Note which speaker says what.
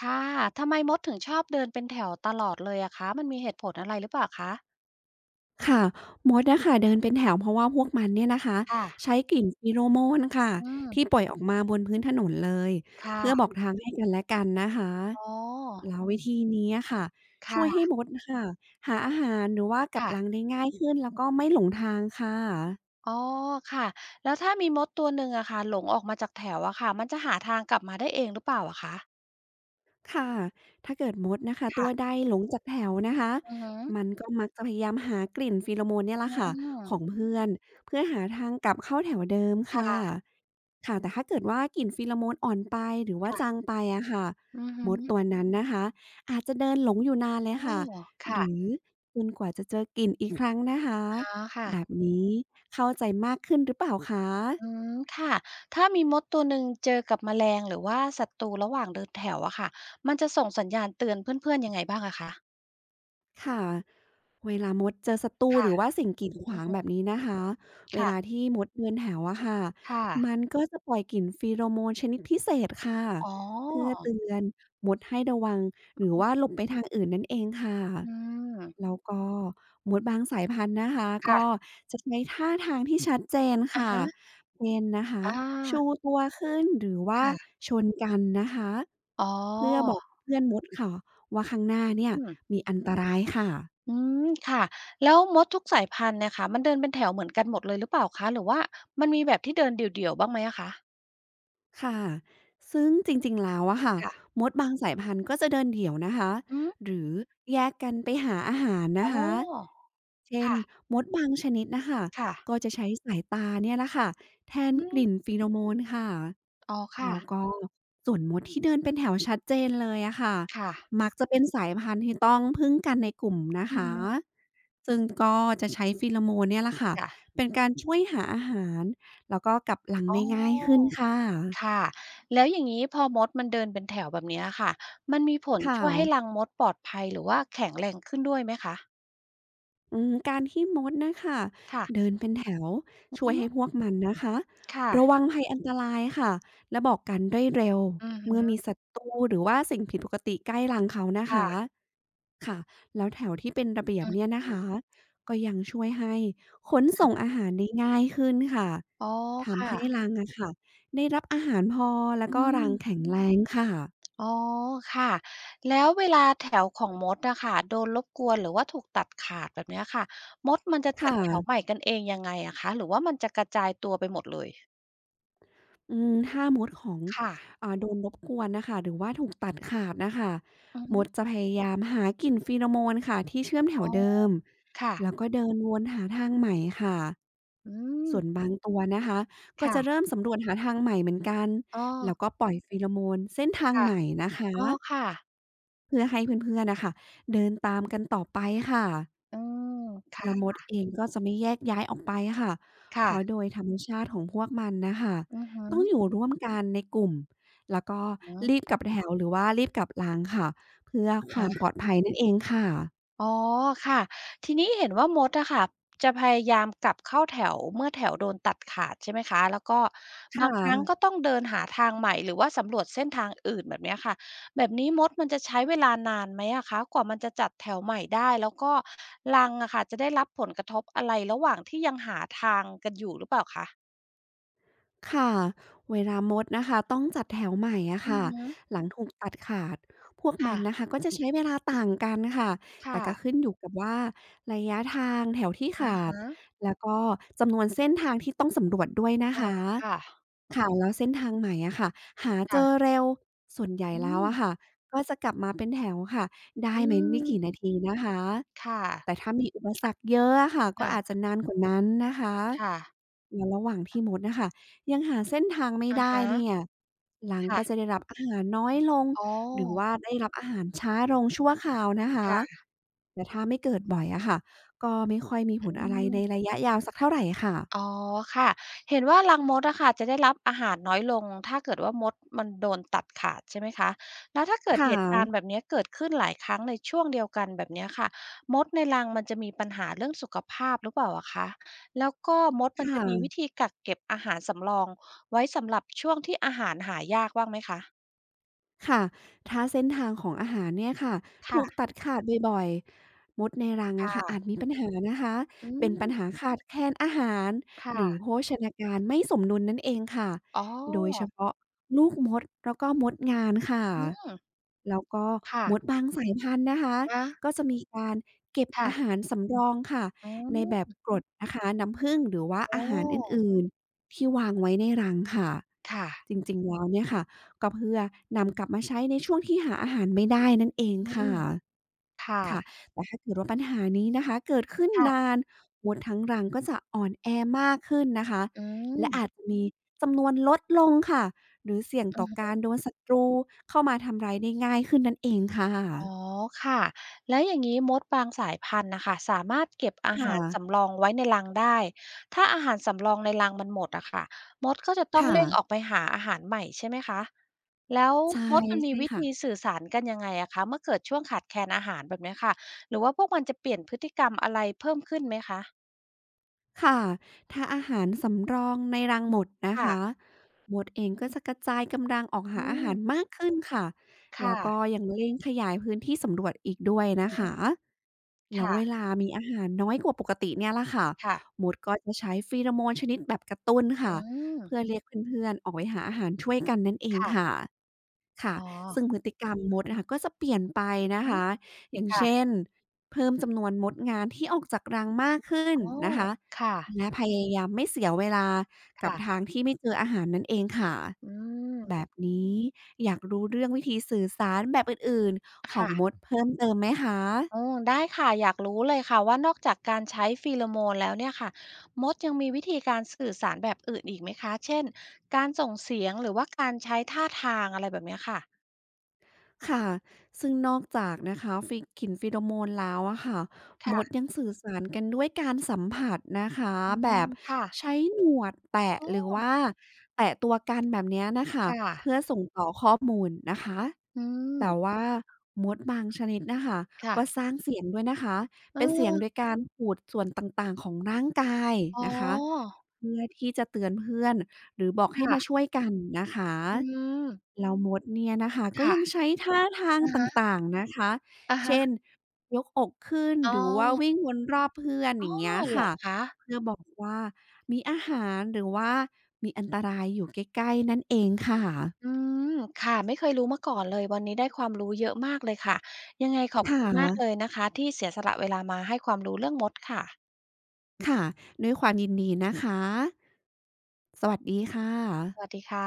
Speaker 1: ค่ะทำไมมดถึงชอบเดินเป็นแถวตลอดเลยอะคะมันมีเหตุผลอะไรหรือเปล่าคะ
Speaker 2: ค่ะมดอะค่ะเดินเป็นแถวเพราะว่าพวกมันเนี่ยนะคะ
Speaker 1: ค่ะ
Speaker 2: ใช้กลิ่นฟีโรโมนค่ะ
Speaker 1: อื
Speaker 2: ที่
Speaker 1: ม
Speaker 2: ปล่อยออกมาบนพื้นถนนเลยเพื่อบอก
Speaker 1: ค่ะ
Speaker 2: ทางให้กันและกันนะคะ
Speaker 1: อ๋อ
Speaker 2: แล้ววิธีนี้อะค่ะช่วยให้
Speaker 1: ค่ะ
Speaker 2: มดค่ะหาอาหารหรือว่ากับรัง
Speaker 1: ค่ะ
Speaker 2: ได้ง่ายขึ้นแล้วก็ไม่หลงทางค่ะ
Speaker 1: อ๋อค่ะ แล้วถ้ามีมดตัวหนึ่งอะค่ะหลงออกมาจากแถวอะค่ะมันจะหาทางกลับมาได้เองหรือเปล่าอะคะ
Speaker 2: ค่ะถ้าเกิดมดนะคะตัว
Speaker 1: ค่ะ
Speaker 2: ใดหลงจากแถวนะคะ
Speaker 1: อือฮึ
Speaker 2: มันก็มักจะพยายามหากลิ่นฟีโรโมนเนี่ย
Speaker 1: อื
Speaker 2: ละค่ะของ
Speaker 1: ม
Speaker 2: เพื่อนเพื่อหาทางกลับเข้าแถวเดิมค่ะ
Speaker 1: ค่ะ
Speaker 2: ค่ะแต่ถ้าเกิดว่ากลิ่นฟีโรโมนอ่อนไปหรือว่าจา
Speaker 1: ค่ะ
Speaker 2: งไปอะค่ะ
Speaker 1: อือฮึ
Speaker 2: มดตัวนั้นนะคะอาจจะเดินหลงอยู่นานเลย
Speaker 1: โอ้
Speaker 2: ค่ะ
Speaker 1: อ
Speaker 2: ห
Speaker 1: ค่ะ
Speaker 2: รือจนกว่าจะเจอกลิ่นอีกครั้งนะคะ
Speaker 1: อ๋อค่ะ
Speaker 2: แบบนี้เข้าใจมากขึ้นหรือเปล่าคะ
Speaker 1: อืมค่ะถ้ามีมดตัวหนึ่งเจอกับแมลงหรือว่าศัตรูระหว่างเดินแถวอะค่ะมันจะส่งสัญญาณเตือนเพื่อนๆยังไงบ้างอะคะ
Speaker 2: ค่ะเวลามดเจอศัตรูห
Speaker 1: ค่ะ
Speaker 2: รือว่าสิ่งกีดขวางแบบนี้นะคะเวลา
Speaker 1: ค่ะ
Speaker 2: ที่มดเดินแถวอะค่ะ
Speaker 1: ค่ะ
Speaker 2: มันก็จะปล่อยกลิ่นฟีโรโมนชนิดพิเศษค่ะ
Speaker 1: อ๋
Speaker 2: เพื่อ
Speaker 1: อ
Speaker 2: เตือนมดให้ระวังหรือว่าหลบไปทางอื่นนั่นเองค่ะ
Speaker 1: อืม
Speaker 2: แล้วก็มดบางสายพันธุ์นะคะก็
Speaker 1: ค่ะ
Speaker 2: จะใช้ท่าทางที่ชัดเจน
Speaker 1: อะ
Speaker 2: ค่ะ
Speaker 1: ฮะ
Speaker 2: เป็นนะคะ
Speaker 1: อา
Speaker 2: ชูตัวขึ้นหรือว่า
Speaker 1: ค่ะ
Speaker 2: ชนกันนะคะ
Speaker 1: อ๋อ
Speaker 2: เพื่อบอกเพื่อนมดค่ะ ว่าข้างหน้าเนี่ย
Speaker 1: อืม
Speaker 2: มีอันตรายค่ะ
Speaker 1: อืมค่ะ แล้วมดทุกสายพันธุ์เนี่ยค่ะมันเดินเป็นแถวเหมือนกันหมดเลยหรือเปล่าคะหรือว่ามันมีแบบที่เดินเดี่ยวๆบ้างไหมอะคะ
Speaker 2: ค่ะซึ่งจริงๆ แล้วอะค่ะ
Speaker 1: ค่ะ
Speaker 2: มดบางสายพันธุ์ก็จะเดินเดี่ยวนะคะ
Speaker 1: อืม
Speaker 2: หรือแยกกันไปหาอาหาร
Speaker 1: อ๋
Speaker 2: นะ
Speaker 1: อ
Speaker 2: คะ เช่น
Speaker 1: ค่ะ
Speaker 2: มดบางชนิดนะคะ
Speaker 1: ค่ะ
Speaker 2: ก็จะใช้สายตาเนี่ยแหละค่ะแทน
Speaker 1: อื
Speaker 2: ก
Speaker 1: ม
Speaker 2: ลิ่นฟีโรโมนค่ะ
Speaker 1: อ๋อค่ะ
Speaker 2: แล้วก็ส่วนมดที่เดินเป็นแถวชัดเจนเลยอะค่ะ
Speaker 1: ค่ะ
Speaker 2: มักจะเป็นสายพันธุ์ที่ต้องพึ่งกันในกลุ่มนะ
Speaker 1: อือ
Speaker 2: คะ
Speaker 1: ฮึ
Speaker 2: ซึ่งก็จะใช้ฟีโรโมนเนี่ยแหละค่ะ
Speaker 1: ค่ะ
Speaker 2: เป็นการช่วยหาอาหารแล้วก็กลับหลัง
Speaker 1: อ๋อ
Speaker 2: ได้ง่ายขึ้นค่ะ
Speaker 1: ค่ะแล้วอย่างงี้พอมดมันเดินเป็นแถวแบบเนี้ยค่ะ มันมีผล
Speaker 2: ค่ะ
Speaker 1: ช่วยให้รังมดปลอดภัยหรือว่าแข็งแรงขึ้นด้วยไหมคะ
Speaker 2: อืมการที่มดน่ะค่ะ
Speaker 1: ค่ะ
Speaker 2: เดินเป็นแถวช่ว
Speaker 1: อื
Speaker 2: ยให้พ
Speaker 1: ม
Speaker 2: วกมันนะคะระ
Speaker 1: ค่ะ
Speaker 2: วังภัยอันตรายค่ะและบอกกันได้เร็ว
Speaker 1: อือฮึ
Speaker 2: เมื่อมีศัตรูหรือว่าสิ่งผิดปกติใกล้รังเขานะคะ
Speaker 1: ค่ะ
Speaker 2: ค่ะแล้วแถวที่เป็นระเบีย
Speaker 1: อื
Speaker 2: บ
Speaker 1: อ
Speaker 2: เนี่ยนะคะ
Speaker 1: ฮึ
Speaker 2: ก็ยังช่วยให้ขนส่ง
Speaker 1: ค่ะ
Speaker 2: อาหารได้ง่ายขึ้นค่ะ
Speaker 1: อ๋อ
Speaker 2: ทำ
Speaker 1: ค่ะ
Speaker 2: ให้รังอะค่ะได้รับอาหารพอแล้ว
Speaker 1: อื
Speaker 2: ก็รั
Speaker 1: ม
Speaker 2: งแข็งแรงค่ะ
Speaker 1: อ๋อค่ะแล้วเวลาแถวของมดอะค่ะโดนรบกวนหรือว่าถูกตัดขาดแบบเนี้ยค่ะมดมันจะจั
Speaker 2: ค่ะ
Speaker 1: ดแถวใหม่กันเองยังไงอะคะหรือว่ามันจะกระจายตัวไปหมดเลย
Speaker 2: อืมถ้ามดของ
Speaker 1: ค่ะ
Speaker 2: โดนรบกวนน่ะค่ะหรือว่าถูกตัดขาดน่ะค่ะ
Speaker 1: อือ
Speaker 2: ม
Speaker 1: ฮึ
Speaker 2: ดจะพยายามหากลิ่นฟีโรโมนค่ะที่เชื่อมแถ
Speaker 1: อ๋
Speaker 2: ว
Speaker 1: อ
Speaker 2: เดิม
Speaker 1: ค่ะ
Speaker 2: แล้วก็เดินวนหาทางใหม่ค่ะ
Speaker 1: อืม
Speaker 2: ส่วนบางตัวนะคะก็จะเริ่
Speaker 1: ค่ะ
Speaker 2: มสำรวจหาทางใหม่เหมือนกัน
Speaker 1: อ้อ
Speaker 2: แล้วก็ปล่อยฟีโรโมนเส้นทาง
Speaker 1: ค่ะ
Speaker 2: ใหม่นะค
Speaker 1: อ้อ
Speaker 2: ะ
Speaker 1: ค่ะ
Speaker 2: เพื่อให้เพื่อนๆน่ะค่ะเดินตามกันต่อไปค่ะ
Speaker 1: อืม
Speaker 2: และ
Speaker 1: ค่ะ
Speaker 2: มดเองก็จะไม่แยกย้ายออกไปค่ะ เพ
Speaker 1: ค่ะ
Speaker 2: ราะโดยธรรมชาติของพวกมันนะค่ะ
Speaker 1: อือฮึ
Speaker 2: ต้องอยู่ร่วมกันในกลุ่มแล้วก็
Speaker 1: อือ
Speaker 2: รีบกลับแถวหรือว่ารีบกลับรังค่ะเพื่อ
Speaker 1: อะ
Speaker 2: ค
Speaker 1: ฮะ
Speaker 2: วามปลอดภัยนั่นเองค่ะ
Speaker 1: อ๋อค่ะทีนี้เห็นว่ามดอะค่ะจะพยายามกลับเข้าแถวเมื่อแถวโดนตัดขาดใช่ไหมคะแล้วก็
Speaker 2: ค่
Speaker 1: บางครั้งก็
Speaker 2: ะ
Speaker 1: ต้องเดินหาทางใหม่หรือว่าสำรวจเส้นทางอื่นแบบเนี้ยค่ะแบบนี้มดมันจะใช้เวลานานไหมอะคะกว่ามันจะจัดแถวใหม่ได้แล้วก็รังอะค่ะจะได้รับผลกระทบอะไรระหว่างที่ยังหาทางกันอยู่หรือเปล่าคะ
Speaker 2: ค่ะเวลามดนะคะต้องจัดแถวใหม่อะ
Speaker 1: อือ
Speaker 2: ค่ะ
Speaker 1: หือ
Speaker 2: หลังถูกตัดขาดพวกมั
Speaker 1: ค่ะ
Speaker 2: นนะคะก็จะใช้เวลาต่างกันค่ะแต่
Speaker 1: ค่ะ
Speaker 2: ก็ขึ้นอยู่กับว่าระยะทางแถวที่
Speaker 1: อะ
Speaker 2: ขาด
Speaker 1: ฮะ
Speaker 2: แล้วก็จำนวนเส้นทางที่ต้องสำรวจด้วยนะ
Speaker 1: อ๋อ
Speaker 2: คะ
Speaker 1: ค่ะ
Speaker 2: ค่ะแล้วเส้นทางใหม่อะค่ะหาเจอ
Speaker 1: ค่ะ
Speaker 2: เร็วส่วนใหญ่
Speaker 1: อื
Speaker 2: แล้ว
Speaker 1: ม
Speaker 2: อะค่ะก็จะกลับมาเป็นแถวค่ะได้
Speaker 1: อื
Speaker 2: ไม่
Speaker 1: ม
Speaker 2: กี่นาทีนะคะ
Speaker 1: ค่ะ
Speaker 2: แต่ถ้ามีอุปสรรคเยอะอะค่ะก็
Speaker 1: ค่ะ
Speaker 2: อาจจะนานกว่านั้นนะคะ
Speaker 1: ค่ะ
Speaker 2: แล้วระหว่างที่มดนะคะ ยังหาเส้นทางไม่
Speaker 1: อฮ
Speaker 2: ได้เนี่ย หลัง
Speaker 1: ค่า
Speaker 2: ก็
Speaker 1: ฮะ
Speaker 2: จะได้รับอาหารน้อยลง
Speaker 1: อ๋อ
Speaker 2: หรือว่าได้รับอาหารช้าลงชั่วคราวนะคะ
Speaker 1: ค่ะ
Speaker 2: แต่ถ้าไม่เกิดบ่อยอะค่ะก็ไม่ค่อยมีผ
Speaker 1: อื
Speaker 2: ลอะไร
Speaker 1: ม
Speaker 2: ในระยะยาวสักเท่าไร
Speaker 1: อ๋
Speaker 2: ค่ะ
Speaker 1: อค่ะเห็นว่ารังมดอะค่ะจะได้รับอาหารน้อยลง ถ้าเกิดว่ามดมันโดนตัดขาดใช่ไหมคะแล้วถ้าเกิด
Speaker 2: ค
Speaker 1: เหตุการณ์
Speaker 2: ่ะ
Speaker 1: แบบเนี้ยเกิดขึ้นหลายครั้งในช่วงเดียวกันแบบเนี้ยค่ะมดในรังมันจะมีปัญหาเรื่องสุขภาพหรือเปล่าอะคะแล้วก็มด
Speaker 2: ค
Speaker 1: มันจะมีวิ
Speaker 2: ่ะ
Speaker 1: ธีกักเก็บอาหารสำรองไว้สำหรับช่วงที่อาหารหายากบ้างไหมคะ
Speaker 2: ค่ะถ้าเส้นทางของอาหารเนี่ยค่ะถูก
Speaker 1: ค่ะ
Speaker 2: ตัดขาดบ่อยๆมดในรัง
Speaker 1: ค
Speaker 2: อะค่ะอาจ
Speaker 1: ่ะ
Speaker 2: มีปัญหานะคะ
Speaker 1: อื
Speaker 2: เป็น
Speaker 1: ม
Speaker 2: ปัญหาขาดแคลนอาหารหรื
Speaker 1: ค่ะ
Speaker 2: อโภชนาการไม่สมดุลนั่นเองค่ะ
Speaker 1: อ๋อ
Speaker 2: โดยเฉพาะลูกมดแล้วก็มดงานค่ะ
Speaker 1: อืม
Speaker 2: แล้วก็
Speaker 1: ค่ะ
Speaker 2: มดบางสายพันธุ์นะคะ
Speaker 1: อะ
Speaker 2: ก็จะมีการเก็บ
Speaker 1: ค่ะ
Speaker 2: อาหารสำรองค่ะ
Speaker 1: อื
Speaker 2: ในแบบ
Speaker 1: ม
Speaker 2: กรดนะคะน้ำผึ้งหรือว่า
Speaker 1: โอ
Speaker 2: อาหารอ
Speaker 1: ้
Speaker 2: ื่นๆที่วางไว้ในรังค่ะ
Speaker 1: ค่ะ
Speaker 2: จริงๆแล้วเนี่ยค่ะ ก็เพื่อนำกลับมาใช้ในช่วงที่หาอาหารไม่ได้นั่นเอง
Speaker 1: อื
Speaker 2: ค่ะ
Speaker 1: มค
Speaker 2: ค่ะ
Speaker 1: ่ะ
Speaker 2: แต่ถ้าเกิดว่าปัญหานี้นะคะเกิดขึ้นนา
Speaker 1: ค่ะ
Speaker 2: นมดทั้งรังก็จะอ่อนแอมากขึ้นนะคะ
Speaker 1: อื
Speaker 2: และอาจ
Speaker 1: ม
Speaker 2: จะมีจำนวนลดลงค่ะ หรือเสี่ยง
Speaker 1: อือ
Speaker 2: ต่อกา
Speaker 1: ฮึ
Speaker 2: รโดนศัตรูเข้ามาทำร้ายได้ง่ายขึ้นนั่นเองค่ะ
Speaker 1: อ๋อค่ะแล้วอย่างงี้มดบางสายพันธุ์น่ะค่ะสามารถเก็บอา
Speaker 2: ค
Speaker 1: หาร
Speaker 2: ่ะ
Speaker 1: สำรองไว้ในรังได้ถ้าอาหารสำรองในรังมันหมดอะค่ะมดก็จะต้อง
Speaker 2: ค่ะ
Speaker 1: เร่งออกไปหาอาหารใหม่ใช่ไหมคะแล้ว
Speaker 2: ใช่
Speaker 1: มดมันมี
Speaker 2: ใช่
Speaker 1: วิธี
Speaker 2: ค่ะ
Speaker 1: สื่อสารกันยังไงอะคะเมื่อเกิดช่วงขาดแคลนอาหารแบบเนี้ยค่ะหรือว่าพวกมันจะเปลี่ยนพฤติกรรมอะไรเพิ่มขึ้นไหมคะ
Speaker 2: ค่ะถ้าอาหารสำรองในรังหมดนะ
Speaker 1: ค่ะ
Speaker 2: คะมดเองก็จะกระจายกำลังออกหา
Speaker 1: อื
Speaker 2: อา
Speaker 1: ม
Speaker 2: หารมากขึ้นค่ะแล้
Speaker 1: ค่ะ
Speaker 2: วก็ยังเร่งขยายพื้นที่สำรวจอีกด้วย
Speaker 1: อื
Speaker 2: นะ
Speaker 1: ม
Speaker 2: คะแล้ว
Speaker 1: ค่ะ
Speaker 2: เวลามีอาหารน้อยกว่าปกติเนี่ยล่ะค่ะ
Speaker 1: ค่ะ
Speaker 2: มดก็จะใช้ฟีโรโมนชนิดแบบกระตุ้นค่ะ
Speaker 1: อืม
Speaker 2: เพื่อเรียกเพื่อนๆออกไปหาอาหารช่วยกันนั่นเองค่ะ
Speaker 1: ค่ะ
Speaker 2: ค่ะ
Speaker 1: อ๋อ
Speaker 2: ซึ่งพฤติกรรมมดนะคะก็จะเปลี่ยนไปนะ
Speaker 1: อืม
Speaker 2: คะอย่างเช่
Speaker 1: ค่ะ
Speaker 2: นเพิ่มจำนวนมดงานที่ออกจากรังมากขึ้น
Speaker 1: อ๋อ
Speaker 2: นะคะ
Speaker 1: ค่ะ
Speaker 2: และพยายามไม่เสียเวลากับทาง
Speaker 1: ค่ะ
Speaker 2: ที่ไม่เจออาหารนั่นเองค่ะ
Speaker 1: อื
Speaker 2: แบ
Speaker 1: ม
Speaker 2: บนี้อยากรู้เรื่องวิธีสื่อสารแบบอื่นๆของม
Speaker 1: ค่ะ
Speaker 2: ดเพิ่มเติมไหมคะ
Speaker 1: เออได้ค่ะอยากรู้เลยค่ะว่านอกจากการใช้ฟีโรโมนแล้วเนี่ยค่ะมดยังมีวิธีการสื่อสารแบบอื่นอีกไหมคะ เช่น การส่งเสียงหรือว่าการใช้ท่าทางอะไรแบบเนี้ยค่ะ
Speaker 2: ค่ะซึ่งนอกจากนะคะกลิ่นฟีโรโมนแล้วอะค่ะมด
Speaker 1: ค่ะ
Speaker 2: ยังสื่อสารกันด้วยการสัมผัสนะคะ
Speaker 1: อื
Speaker 2: แบ
Speaker 1: ม
Speaker 2: บ
Speaker 1: ค่ะ
Speaker 2: ใช้หนวดแตะ
Speaker 1: อ๋
Speaker 2: หรือว่า
Speaker 1: อ
Speaker 2: แตะตัวกันแบบเนี้ยน่ะค่ะ
Speaker 1: ค่ะ
Speaker 2: เพื่อส่งต่อข้อมูลนะคะ
Speaker 1: อืม
Speaker 2: แต่ว่ามดบางชนิดน่ะค่ะ
Speaker 1: ค่ะ
Speaker 2: ก็สร้างเสียงด้วยนะคะ
Speaker 1: เอ
Speaker 2: เป็นเสีย
Speaker 1: อ
Speaker 2: งโดยการขูดส่วนต่างๆของร่างกาย
Speaker 1: อ๋
Speaker 2: นะคะ
Speaker 1: อ
Speaker 2: เพื่อที่จะเตือนเพื่อน หรือบอกให้มา
Speaker 1: ค่ะ
Speaker 2: ช่วยกันนะคะ
Speaker 1: อืม
Speaker 2: แล้วมดเนี่ยนะคะก็ยัง
Speaker 1: ค่ะ
Speaker 2: ใช้ท่าทาง
Speaker 1: อะ
Speaker 2: ต
Speaker 1: ฮะ
Speaker 2: ่างๆนะคะ
Speaker 1: อะฮะ
Speaker 2: เช่นยกอกขึ้น
Speaker 1: อ๋
Speaker 2: หรือว่า
Speaker 1: อ
Speaker 2: วิ่งวนรอบเพื่อน
Speaker 1: อ้
Speaker 2: อ
Speaker 1: อ
Speaker 2: ย่างเงี้ย
Speaker 1: เหรอ
Speaker 2: ค่ะ
Speaker 1: คะ
Speaker 2: เพื่อบอกว่ามีอาหารหรือว่ามีอันตรายอยู่ใกล้ๆนั่นเองค่ะ
Speaker 1: อืม ค่ะ ไม่เคยรู้มาก่อนเลย วันนี้ได้ความรู้เยอะมากเลยค่ะ ยังไงขอบ
Speaker 2: ค่
Speaker 1: คุณมากเลย
Speaker 2: ะ
Speaker 1: นะคะที่เสียสละเวลามาให้ความรู้เรื่องมดค่ะ
Speaker 2: ค่ะด้วยความยินดีนะคะ สวัสดีค่ะ
Speaker 1: สวัสดีค่ะ